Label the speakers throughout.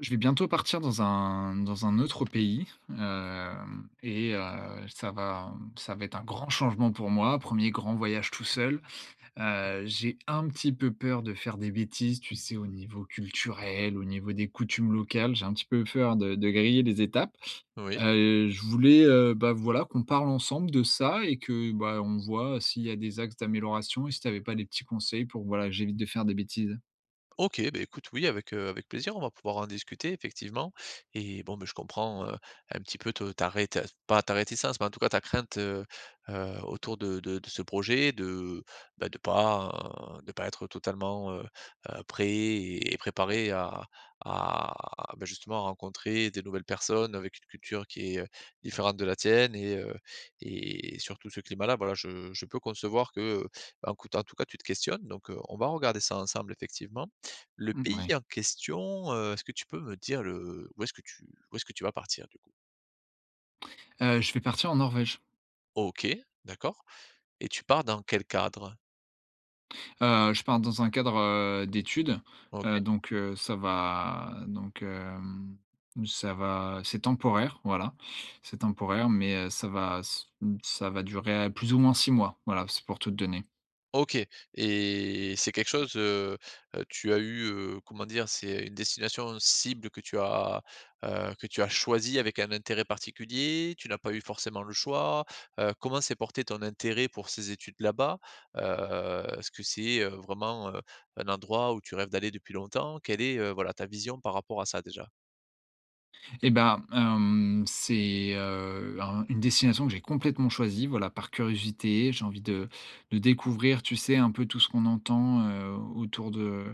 Speaker 1: Je vais bientôt partir dans un autre pays, hem et ça va être un grand changement pour moi. Premier grand voyage tout seul. J'ai un petit peu peur de faire des bêtises, tu sais, au niveau culturel, au niveau des coutumes locales. J'ai un petit peu peur de griller les étapes.
Speaker 2: Oui.
Speaker 1: Je voulais, bah, voilà, qu'on parle ensemble de ça et que, bah, on voit s'il y a des axes d'amélioration et si tu avais pas des petits conseils pour, voilà, que j'évite de faire des bêtises.
Speaker 2: OK, ben écoute, oui, avec, avec plaisir, on va pouvoir en discuter effectivement et bon, beh, je comprends, un petit peu te ta rét pas ta réticence, mais en tout cas ta crainte, autour de ce projet de, bah, de pas être totalement, prêt et préparé à, bah, justement rencontrer des nouvelles personnes avec une culture qui est, différente de la tienne et et surtout ce climat-là. Voilà, je peux concevoir que, bah, écoute, en tout cas, tu te questionnes donc, on va regarder ça ensemble effectivement. Le pays
Speaker 1: Ouais.
Speaker 2: en question, est-ce que tu peux me dire le où est-ce que tu où est-ce que tu vas partir du coup?
Speaker 1: Je vais partir en Norvège.
Speaker 2: OK, d'accord et tu pars dans quel cadre?
Speaker 1: Je pars dans un cadre, d'études,
Speaker 2: OK,
Speaker 1: donc ça va donc hem, ça va c'est temporaire, voilà. C'est temporaire, mais ça va durer plus ou moins 6 mois, voilà, c'est pour tout te donner.
Speaker 2: OK et c'est quelque chose, tu as eu, comment dire? C'est une destination cible que tu as choisie avec un intérêt particulier? Tu n'as pas eu forcément le choix? Comment s'est porté ton intérêt pour ces études là-bas? Est-ce que c'est, vraiment, un endroit où tu rêves d'aller depuis longtemps? Quelle est, voilà, ta vision par rapport à ça déjà?
Speaker 1: Et ben, c'est, un une destination que j'ai complètement choisie, voilà, par curiosité. J'ai envie de découvrir, tu sais, un peu tout ce qu'on entend, autour de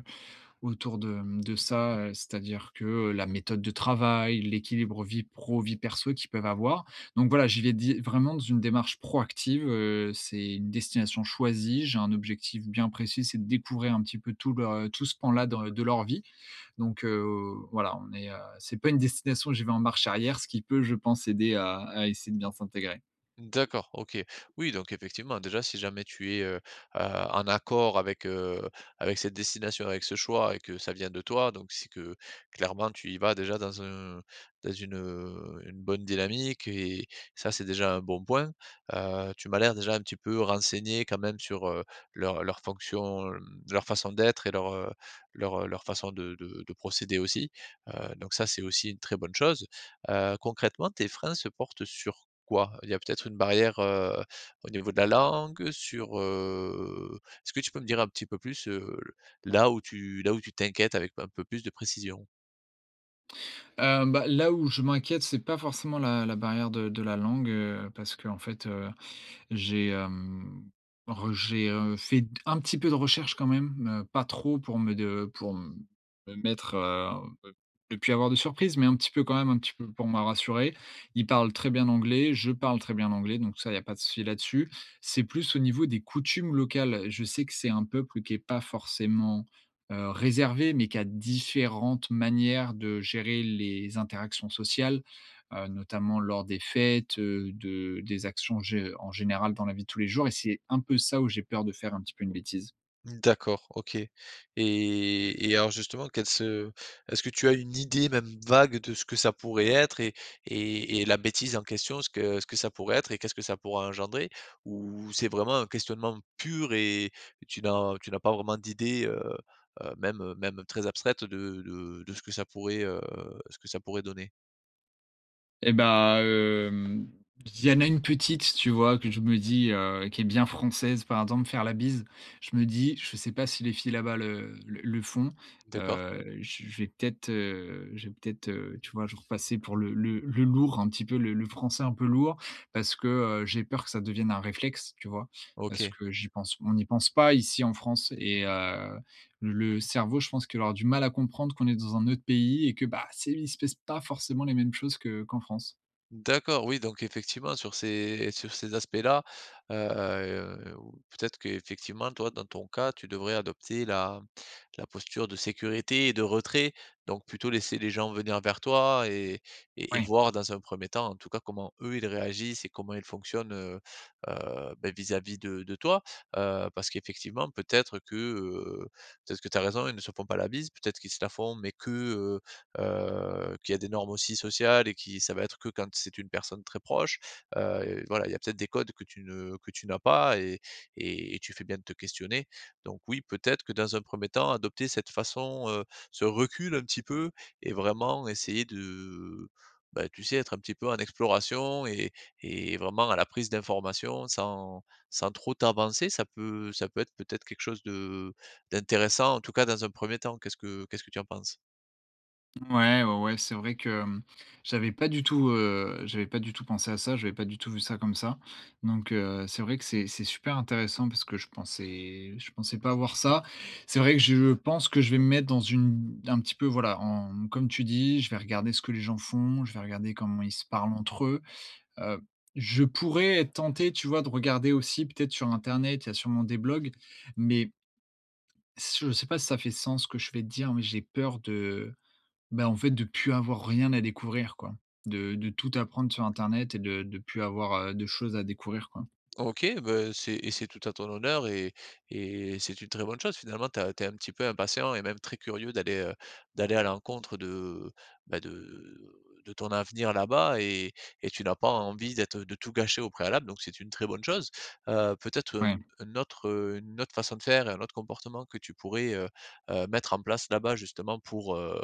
Speaker 1: autour de, mmh, de ça, c'est-à-dire que, la méthode de travail, l'équilibre vie pro, vie perso qu'ils peuvent avoir. Donc voilà, j'y vais di vraiment dans une démarche proactive, c'est une destination choisie, j'ai un objectif bien précis, c'est de découvrir un petit peu tout ce pan-là dans de leur vie. Donc voilà, c'est pas une destination où j'y vais en marche arrière, ce qui peut, je pense, aider à essayer de bien s'intégrer.
Speaker 2: D'accord, OK. Oui, donc effectivement, déjà, si jamais tu es, en accord avec, avec cette destination, avec ce choix et que ça vient de toi, donc c'est que clairement tu y vas déjà dans une bonne dynamique et ça, c'est déjà un bon point. Tu m'as l'air déjà un petit peu renseigné quand même sur, leur fonction, leur façon d'être et leur, leur, leur façon de procéder aussi. Donc ça, c'est aussi une très bonne chose. Concrètement, tes freins se portent sur quoi? Il y a peut-être une barrière, au niveau de la langue, est-ce que tu peux me dire un petit peu plus, là où tu t'inquiètes avec un peu plus de précision?
Speaker 1: Bah, là où je m'inquiète, c'est pas forcément la barrière de la langue, parce qu'en fait, J'ai, hem, re j'ai, fait d un petit peu de recherche quand même, pas trop pour me mettre, ne plus avoir de surprise, mais un petit peu quand même, un petit peu pour me rassurer. Il parle très bien anglais, je parle très bien anglais, donc ça, il y a pas de souci là-dessus. C'est plus au niveau des coutumes locales. Je sais que c'est un peuple qui est pas forcément, réservé, mais qui a différentes manières de gérer les interactions sociales notamment lors des fêtes, de des actions gé en général dans la vie de tous les jours et c'est un peu ça où j'ai peur de faire un petit peu une bêtise.
Speaker 2: D'accord, OK et alors justement quels se est-ce que tu as une idée même vague de ce que ça pourrait être et la bêtise en question, ce que ça pourrait être et qu'est-ce que ça pourrait engendrer? Ou c'est vraiment un questionnement pur et tu n'as pas vraiment d'idée, même, même très abstraite de ce que ça pourrait, ce que ça pourrait donner?
Speaker 1: Et bah, il y en a une petite, tu vois, que je me dis, qui est bien française, par exemple, faire la bise. Je me dis: «Je sais pas si les filles là-bas le font,
Speaker 2: D'accord,
Speaker 1: je vais peut-être, tu vois, je repasser pour le lourd, un petit peu le français un peu lourd» parce que, j'ai peur que ça devienne un réflexe, tu vois? Parce
Speaker 2: OK.
Speaker 1: que j'y pense on n'y pense pas ici en France et le cerveau, je pense qu'il aura du mal à comprendre qu'on est dans un autre pays et que, bah, c'est il se passe pas forcément les mêmes choses que qu'en France.
Speaker 2: D'accord, oui, donc effectivement, sur ces aspects-là, ou peut-être qu'effectivement, toi, dans ton cas, tu devrais adopter la posture de sécurité et de retrait, donc plutôt laisser les gens venir vers toi et et
Speaker 1: Oui.
Speaker 2: voir dans un premier temps, en tout cas, comment eux, ils réagissent et comment ils fonctionnent, beh, vis-à-vis de toi. Parce qu'effectivement, peut-être que tu as raison, ils ne se font pas la bise, peut-être qu'ils se la font, mais que, qu'il y a des normes aussi sociales et qui ça va être que quand c'est une personne très proche, et voilà, il y a peut-être des codes que tu ne que tu n'as pas et et tu fais bien de te questionner. Donc oui, peut-être que dans un premier temps, adopter cette façon, ce recul un petit peu et vraiment essayer de, bah, tu sais, être un petit peu en exploration et vraiment à la prise d'informations sans trop t'avancer, ça peut être peut-être quelque chose de d'intéressant, en tout cas dans un premier temps. Qu'est-ce que tu en penses?
Speaker 1: Ouais, ouais, ouais, c'est vrai que, j'avais pas du tout pensé à ça, j'avais pas du tout vu ça comme ça. Donc c'est vrai que c'est super intéressant parce que je pensais pas avoir ça. C'est vrai que je pense que je vais me mettre dans une un petit peu, voilà, en comme tu dis, je vais regarder ce que les gens font, je vais regarder comment ils se parlent entre eux. Heu, je pourrais être tenté, tu vois, de regarder aussi peut-être sur internet, il y a sûrement des blogs, mais je ne sais pas si ça fait sens ce que je vais te dire, mais j'ai peur de, bah, en fait, de plus avoir rien à découvrir, quoi. De tout apprendre sur internet et de plus avoir, de choses à découvrir, quoi.
Speaker 2: OK, bah, c'est tout à ton honneur et c'est une très bonne chose. Finalement, tu es un petit peu impatient et même très curieux d'aller, d'aller à l'encontre de, bah, de ton avenir là-bas et tu n'as pas envie d'être de tout gâcher au préalable, donc c'est une très bonne chose. Peut-être
Speaker 1: Ouais,
Speaker 2: un autre, une autre façon de faire et un autre comportement que tu pourrais, mettre en place là-bas justement pour,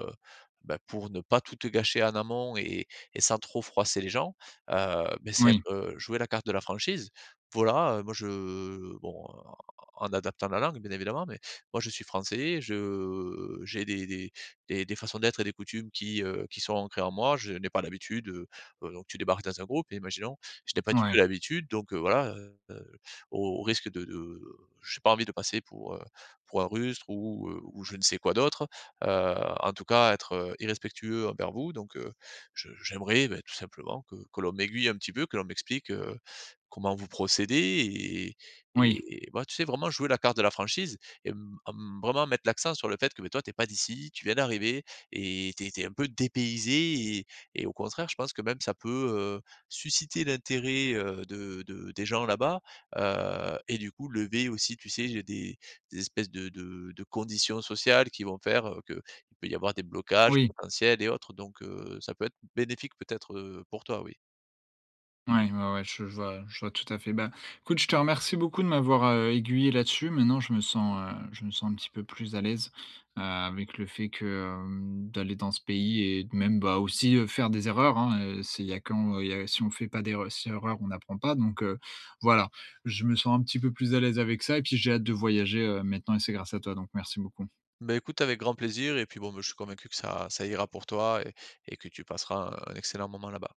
Speaker 2: bah, pour ne pas tout te gâcher en amont et sans trop froisser les gens, beh, c'est
Speaker 1: oui,
Speaker 2: être, jouer la carte de la franchise. Voilà, en en adaptant la langue bien évidemment, mais moi je suis français, je j'ai des des façons d'être et des coutumes qui sont ancrées en moi. Je n'ai pas l'habitude, donc tu débarques dans un groupe, et imaginons, je n'ai pas du tout
Speaker 1: ouais,
Speaker 2: l'habitude donc voilà, heu, au risque de j'ai pas envie de passer pour un rustre ou je ne sais quoi d'autre, en tout cas être, irrespectueux envers vous donc je j'aimerais, beh, tout simplement que l'on m'aiguille un petit peu, que l'on m'explique, comment vous procédez
Speaker 1: oui,
Speaker 2: et bah, tu sais, vraiment jouer la carte de la franchise et vraiment mettre l'accent sur le fait que, beh, toi, t'es pas d'ici, tu viens d'arriver et t'es es un peu dépaysé et et au contraire, je pense que même ça peut, heu, susciter l'intérêt, de des gens là-bas, et du coup, lever aussi, tu sais, j'ai des espèces de conditions sociales qui vont faire, que il peut y avoir des blocages
Speaker 1: oui.
Speaker 2: potentiels et autres donc ça peut être bénéfique peut-être, pour toi, oui.
Speaker 1: Ouais, ouais, ouais, je vois tout à fait. Bah, écoute, je te remercie beaucoup de m'avoir, aiguillé là-dessus. Maintenant, je me sens un petit peu plus à l'aise, avec le fait que, d'aller dans ce pays et de même, bah, aussi, faire des erreurs, hein, c'est il y a quand, y a si on fait pas d'erreu si on n'apprend pas donc voilà. Je me sens un petit peu plus à l'aise avec ça et puis j'ai hâte de voyager, maintenant et c'est grâce à toi, donc merci beaucoup.
Speaker 2: Bah, écoute avec grand plaisir et puis bon, bah, je suis convaincu que ça ira pour toi et que tu passeras un excellent moment là-bas.